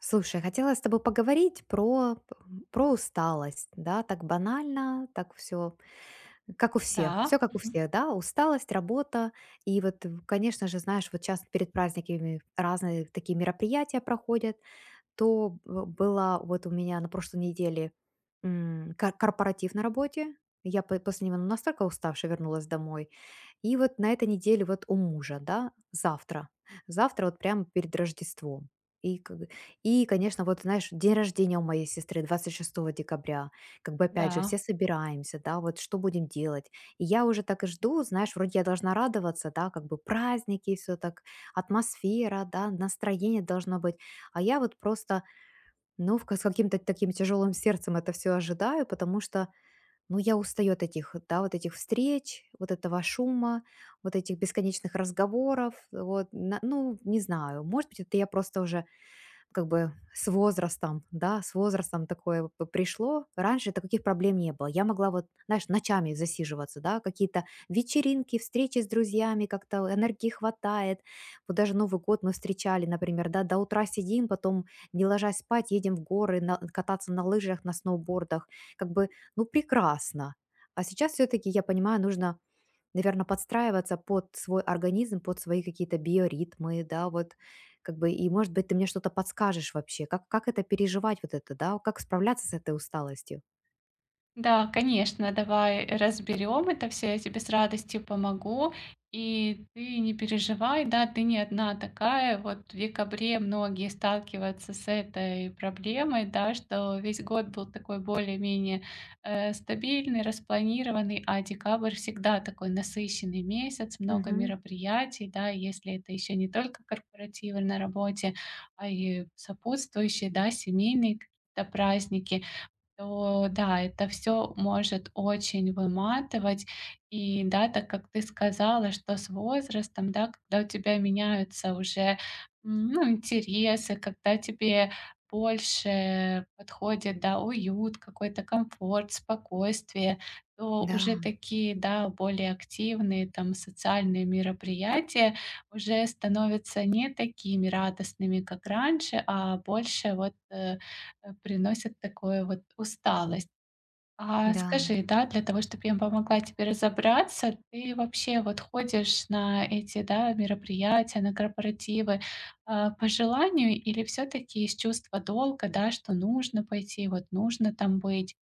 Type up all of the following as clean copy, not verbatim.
Слушай, хотела с тобой поговорить про усталость, да, так банально, так все, как у всех, Да, все как у всех, да, усталость, работа, и вот, конечно же, знаешь, вот часто перед праздниками разные такие мероприятия проходят, было вот у меня на прошлой неделе, корпоратив на работе, я после него настолько уставшая вернулась домой, и вот на этой неделе вот у мужа, да, завтра. Завтра вот прямо перед Рождеством. И, как бы- и, конечно, вот, знаешь, день рождения у моей сестры 26 декабря. Как бы, опять же, да, все собираемся, да, вот что будем делать. И я уже так и жду, знаешь, вроде я должна радоваться, да, как бы праздники, все так, атмосфера, да, настроение должно быть. А я вот просто, ну, с каким-то таким тяжелым сердцем это все ожидаю, потому что, ну, я устаю от этих, да, вот этих встреч, вот этого шума, вот этих бесконечных разговоров, вот, ну, не знаю, может быть, это я просто уже как бы с возрастом, да, с возрастом такое пришло. Раньше таких проблем не было. Я могла вот, знаешь, ночами засиживаться, да, какие-то вечеринки, встречи с друзьями, как-то энергии хватает. Вот даже Новый год мы встречали, например, да, до утра сидим, потом не ложась спать, едем в горы, кататься на лыжах, на сноубордах. Как бы, ну, прекрасно. А сейчас все-таки, я понимаю, нужно, наверное, подстраиваться под свой организм, под свои какие-то биоритмы, да, вот как бы. И, может быть, ты мне что-то подскажешь вообще, как это переживать вот это, да, как справляться с этой усталостью? да, конечно, давай разберем это все, я тебе с радостью помогу. И ты не переживай, да, ты не одна такая. Вот в декабре многие сталкиваются с этой проблемой, да, что весь год был такой более-менее стабильный, распланированный, а декабрь всегда такой насыщенный месяц, много Мгм. мероприятий, да, если это еще не только корпоративы на работе, а и сопутствующие, да, семейные какие-то праздники. То да, это все может очень выматывать. И да, так как ты сказала, что с возрастом, да, когда у тебя меняются уже, ну, интересы, когда тебе больше подходит, да, уют, какой-то комфорт, спокойствие, то уже Да, такие, да, более активные там социальные мероприятия уже становятся не такими радостными, как раньше, а больше вот, приносят такое вот усталость. А да. скажи, да, для того, чтобы я помогла тебе разобраться, ты вообще вот ходишь на эти, да, мероприятия, на корпоративы, а, по желанию или все таки из чувства долга, да, что нужно пойти, вот нужно там быть?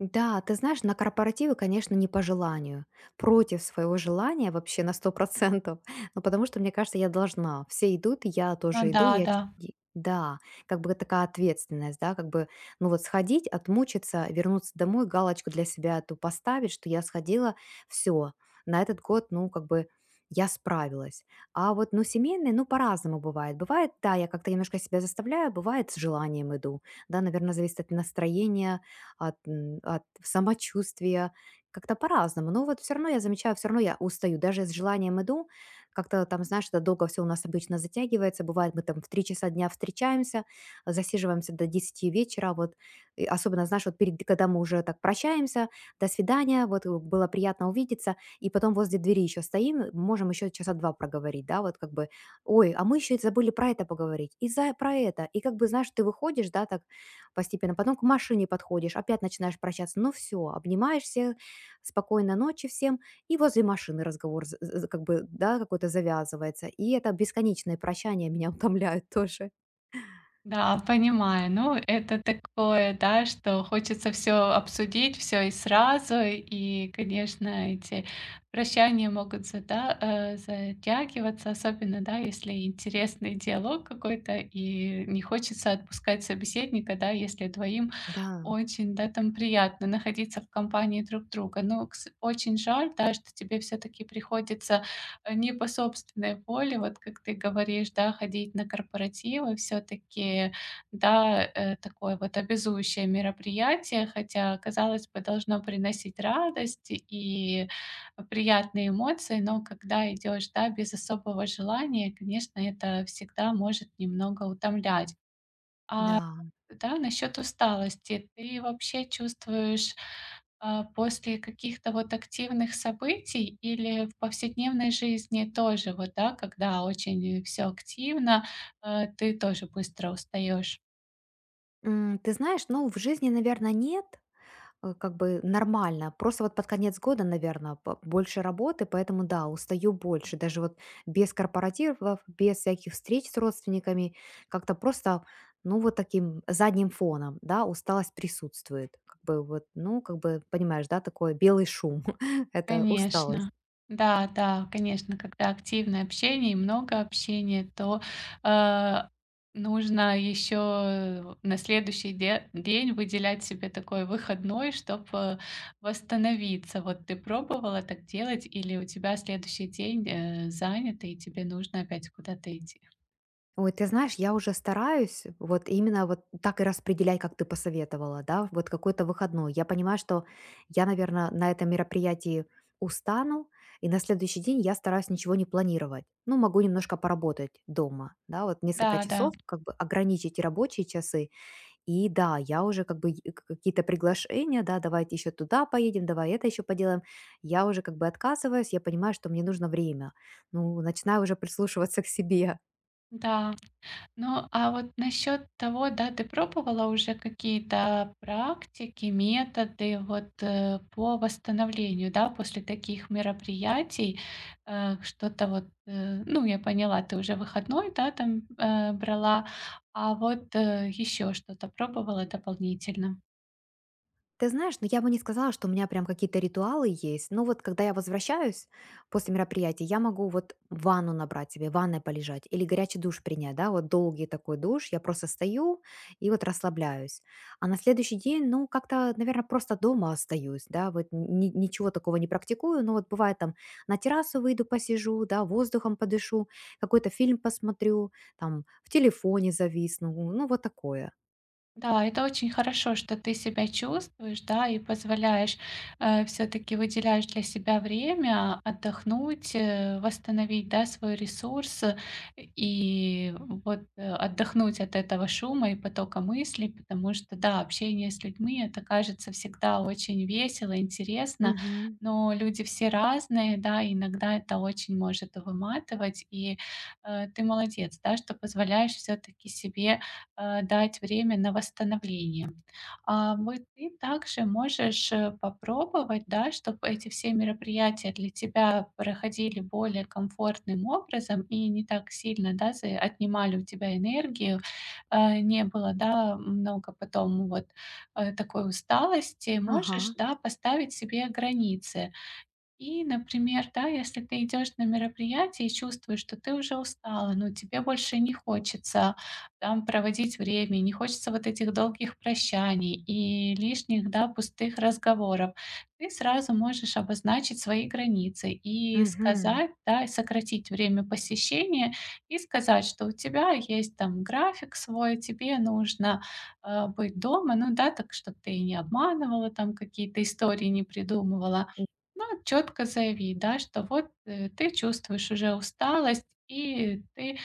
Да, ты знаешь, на корпоративы, конечно, не по желанию. Против своего желания вообще на 100%. Ну, потому что, мне кажется, я должна. Все идут, и я Ну тоже да, иду. Да. Да, как бы такая ответственность, да, как бы, ну вот сходить, отмучиться, вернуться домой, галочку для себя эту поставить, что я сходила, все, на этот год, ну, как бы я справилась. А вот, ну, семейные, ну, по-разному бывает. Бывает, да, я как-то немножко себя заставляю, бывает, с желанием иду. Да, наверное, зависит от настроения, от, от самочувствия, как-то по-разному. Но вот все равно я замечаю, все равно я устаю. Даже с желанием иду, как-то там, знаешь, это долго все у нас обычно затягивается. Бывает, мы там в 3 часа дня встречаемся, засиживаемся до 10 вечера. Вот. И особенно, знаешь, вот перед, когда мы уже так прощаемся, до свидания, вот, было приятно увидеться. И потом возле двери еще стоим, можем еще часа два проговорить, да, вот как бы, ой, а мы еще и забыли про это поговорить, и за, про это. И как бы, знаешь, ты выходишь, да, так постепенно. Потом к машине подходишь, опять начинаешь прощаться. Ну, все обнимаешься, спокойной ночи всем, и возле машины разговор, з з как бы, да, какой-то завязывается. И это бесконечное прощание меня утомляет тоже. Да, понимаю. Ну, это такое, да, что хочется все обсудить, все и сразу. И, конечно, эти прощания могут затягиваться, особенно, да, если интересный диалог какой-то, и не хочется отпускать собеседника, да, если двоим Да, очень, да, там приятно находиться в компании друг друга. Но кс очень жаль, да, что тебе все таки приходится э, не по собственной воле, вот как ты говоришь, да, ходить на корпоративы все таки да, такое вот обязующее мероприятие, хотя, казалось бы, должно приносить радость и приятные эмоции, но когда идешь, да, без особого желания, конечно, это всегда может немного утомлять. А да. да, насчет усталости. Ты вообще чувствуешь, а, после каких-то вот активных событий или в повседневной жизни тоже вот, да, когда очень все активно, ты тоже быстро устаешь? Ты знаешь, ну, в жизни, наверное, нет. Как бы нормально. Просто вот под конец года, наверное, больше работы, поэтому да, устаю больше. Даже вот без корпоративов, без всяких встреч с родственниками, как-то просто, ну, вот таким задним фоном, да, усталость присутствует. Как бы вот, ну, как бы, понимаешь, да, такой белый шум. Это усталость. Конечно. Да, да, конечно, когда активное общение и много общения, то, э, нужно еще на следующий де день выделять себе такой выходной, чтобы восстановиться. Вот ты пробовала так делать или у тебя следующий день, занят и тебе нужно опять куда-то идти? Ой, ты знаешь, я уже стараюсь вот именно вот так и распределять, как ты посоветовала, да, вот какой-то выходной. Я понимаю, что я, наверное, на этом мероприятии устану, и на следующий день я стараюсь ничего не планировать. Ну, могу немножко поработать дома, да, вот несколько Да, да, часов, как бы ограничить и рабочие часы. И да, я уже как бы и какие-то приглашения, да, давайте еще туда поедем, давай это еще поделаем. Я уже как бы отказываюсь, я понимаю, что мне нужно время. Ну, начинаю уже прислушиваться к себе. да. Ну, а вот насчет того, да, ты пробовала уже какие-то практики, методы вот по восстановлению, да, после таких мероприятий, что-то вот, ну, я поняла, ты уже выходной, да, там брала, а вот еще что-то пробовала дополнительно? Ты знаешь, ну я бы не сказала, что у меня прям какие-то ритуалы есть. Но вот когда я возвращаюсь после мероприятия, я могу вот ванну набрать себе, в ванной полежать или горячий душ принять, да, вот долгий такой душ, я просто стою и вот расслабляюсь. А на следующий день, ну, как-то, наверное, просто дома остаюсь, да, вот ничего такого не практикую, но вот бывает там на террасу выйду, посижу, да, воздухом подышу, какой-то фильм посмотрю, там в телефоне зависну, ну, вот такое. Да, это очень хорошо, что ты себя чувствуешь, да, и позволяешь, все-таки выделяешь для себя время отдохнуть, восстановить, да, свой ресурс, и вот, отдохнуть от этого шума и потока мыслей, потому что, да, общение с людьми- это кажется всегда очень весело, интересно, Мгм. но люди все разные, да, и иногда это очень может выматывать, и, ты молодец, да, что позволяешь все-таки себе дать время на восстановление. А, вот ты также можешь, попробовать, да, чтобы эти все мероприятия для тебя проходили более комфортным образом и не так сильно, да, за отнимали у тебя энергию, не было, да, много потом вот, такой усталости. Можешь, Ага. да, поставить себе границы. И, например, да, если ты идешь на мероприятие и чувствуешь, что ты уже устала, но тебе больше не хочется там проводить время, не хочется вот этих долгих прощаний и лишних, да, пустых разговоров, ты сразу можешь обозначить свои границы и Мгм. сказать, да, и сократить время посещения и сказать, что у тебя есть там график свой, тебе нужно быть дома, ну да, так что ты не обманывала там какие-то истории, не придумывала. Ну, четко заяви, да, что вот, ты чувствуешь уже усталость, и ты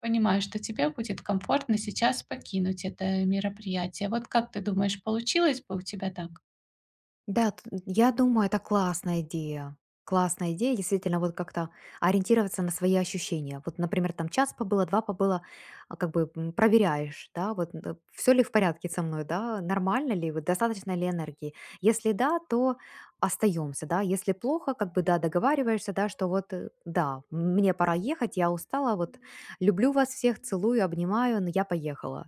понимаешь, что тебе будет комфортно сейчас покинуть это мероприятие. Вот как ты думаешь, получилось бы у тебя так? Да, т я думаю, это классная идея. Классная идея, действительно, вот как-то ориентироваться на свои ощущения. Вот, например, там час побыла, 2 побыла, а, как бы, проверяешь, да, вот, все ли в порядке со мной, да, нормально ли, вот достаточно ли энергии. Если да, то остаемся, да, если плохо, как бы, да, договариваешься, да, что вот, да, мне пора ехать, я устала, вот, люблю вас всех, целую, обнимаю, но я поехала.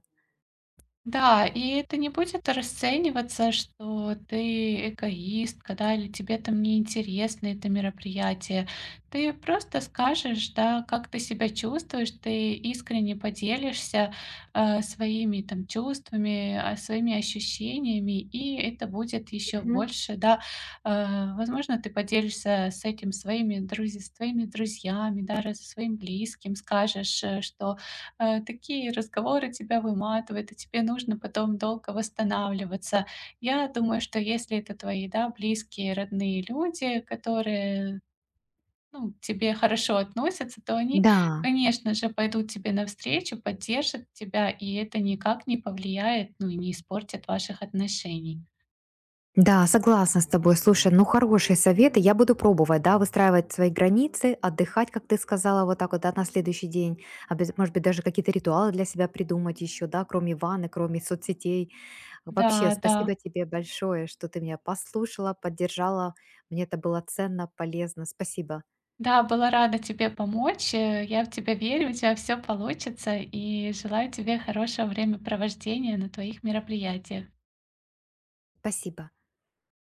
Да, и это не будет расцениваться, что ты эгоистка, да, или тебе там неинтересно это мероприятие. Ты просто скажешь, да, как ты себя чувствуешь, ты искренне поделишься своими там чувствами, а, своими ощущениями, и это будет еще Мгм. больше, да. Возможно, ты поделишься с этим своими друзьями, даже со своим близким, скажешь, что такие разговоры тебя выматывают, и тебе нужно потом долго восстанавливаться. Я думаю, что если это твои, да, близкие, родные люди, которые, ну, к тебе хорошо относятся, то они, Да. конечно же, пойдут тебе навстречу, поддержат тебя, и это никак не повлияет, ну, и не испортит ваших отношений. Да, согласна с тобой. Слушай, ну, хорошие советы. Я буду пробовать, да, выстраивать свои границы, отдыхать, как ты сказала, вот так вот, да, на следующий день. А без, может быть, даже какие-то ритуалы для себя придумать еще, да, кроме ванны, кроме соцсетей. Вообще, Да, да. спасибо тебе большое, что ты меня послушала, поддержала. Мне это было ценно, полезно. Спасибо. Да, была рада тебе помочь. Я в тебя верю, у тебя все получится, и желаю тебе хорошего времяпровождения на твоих мероприятиях. Спасибо.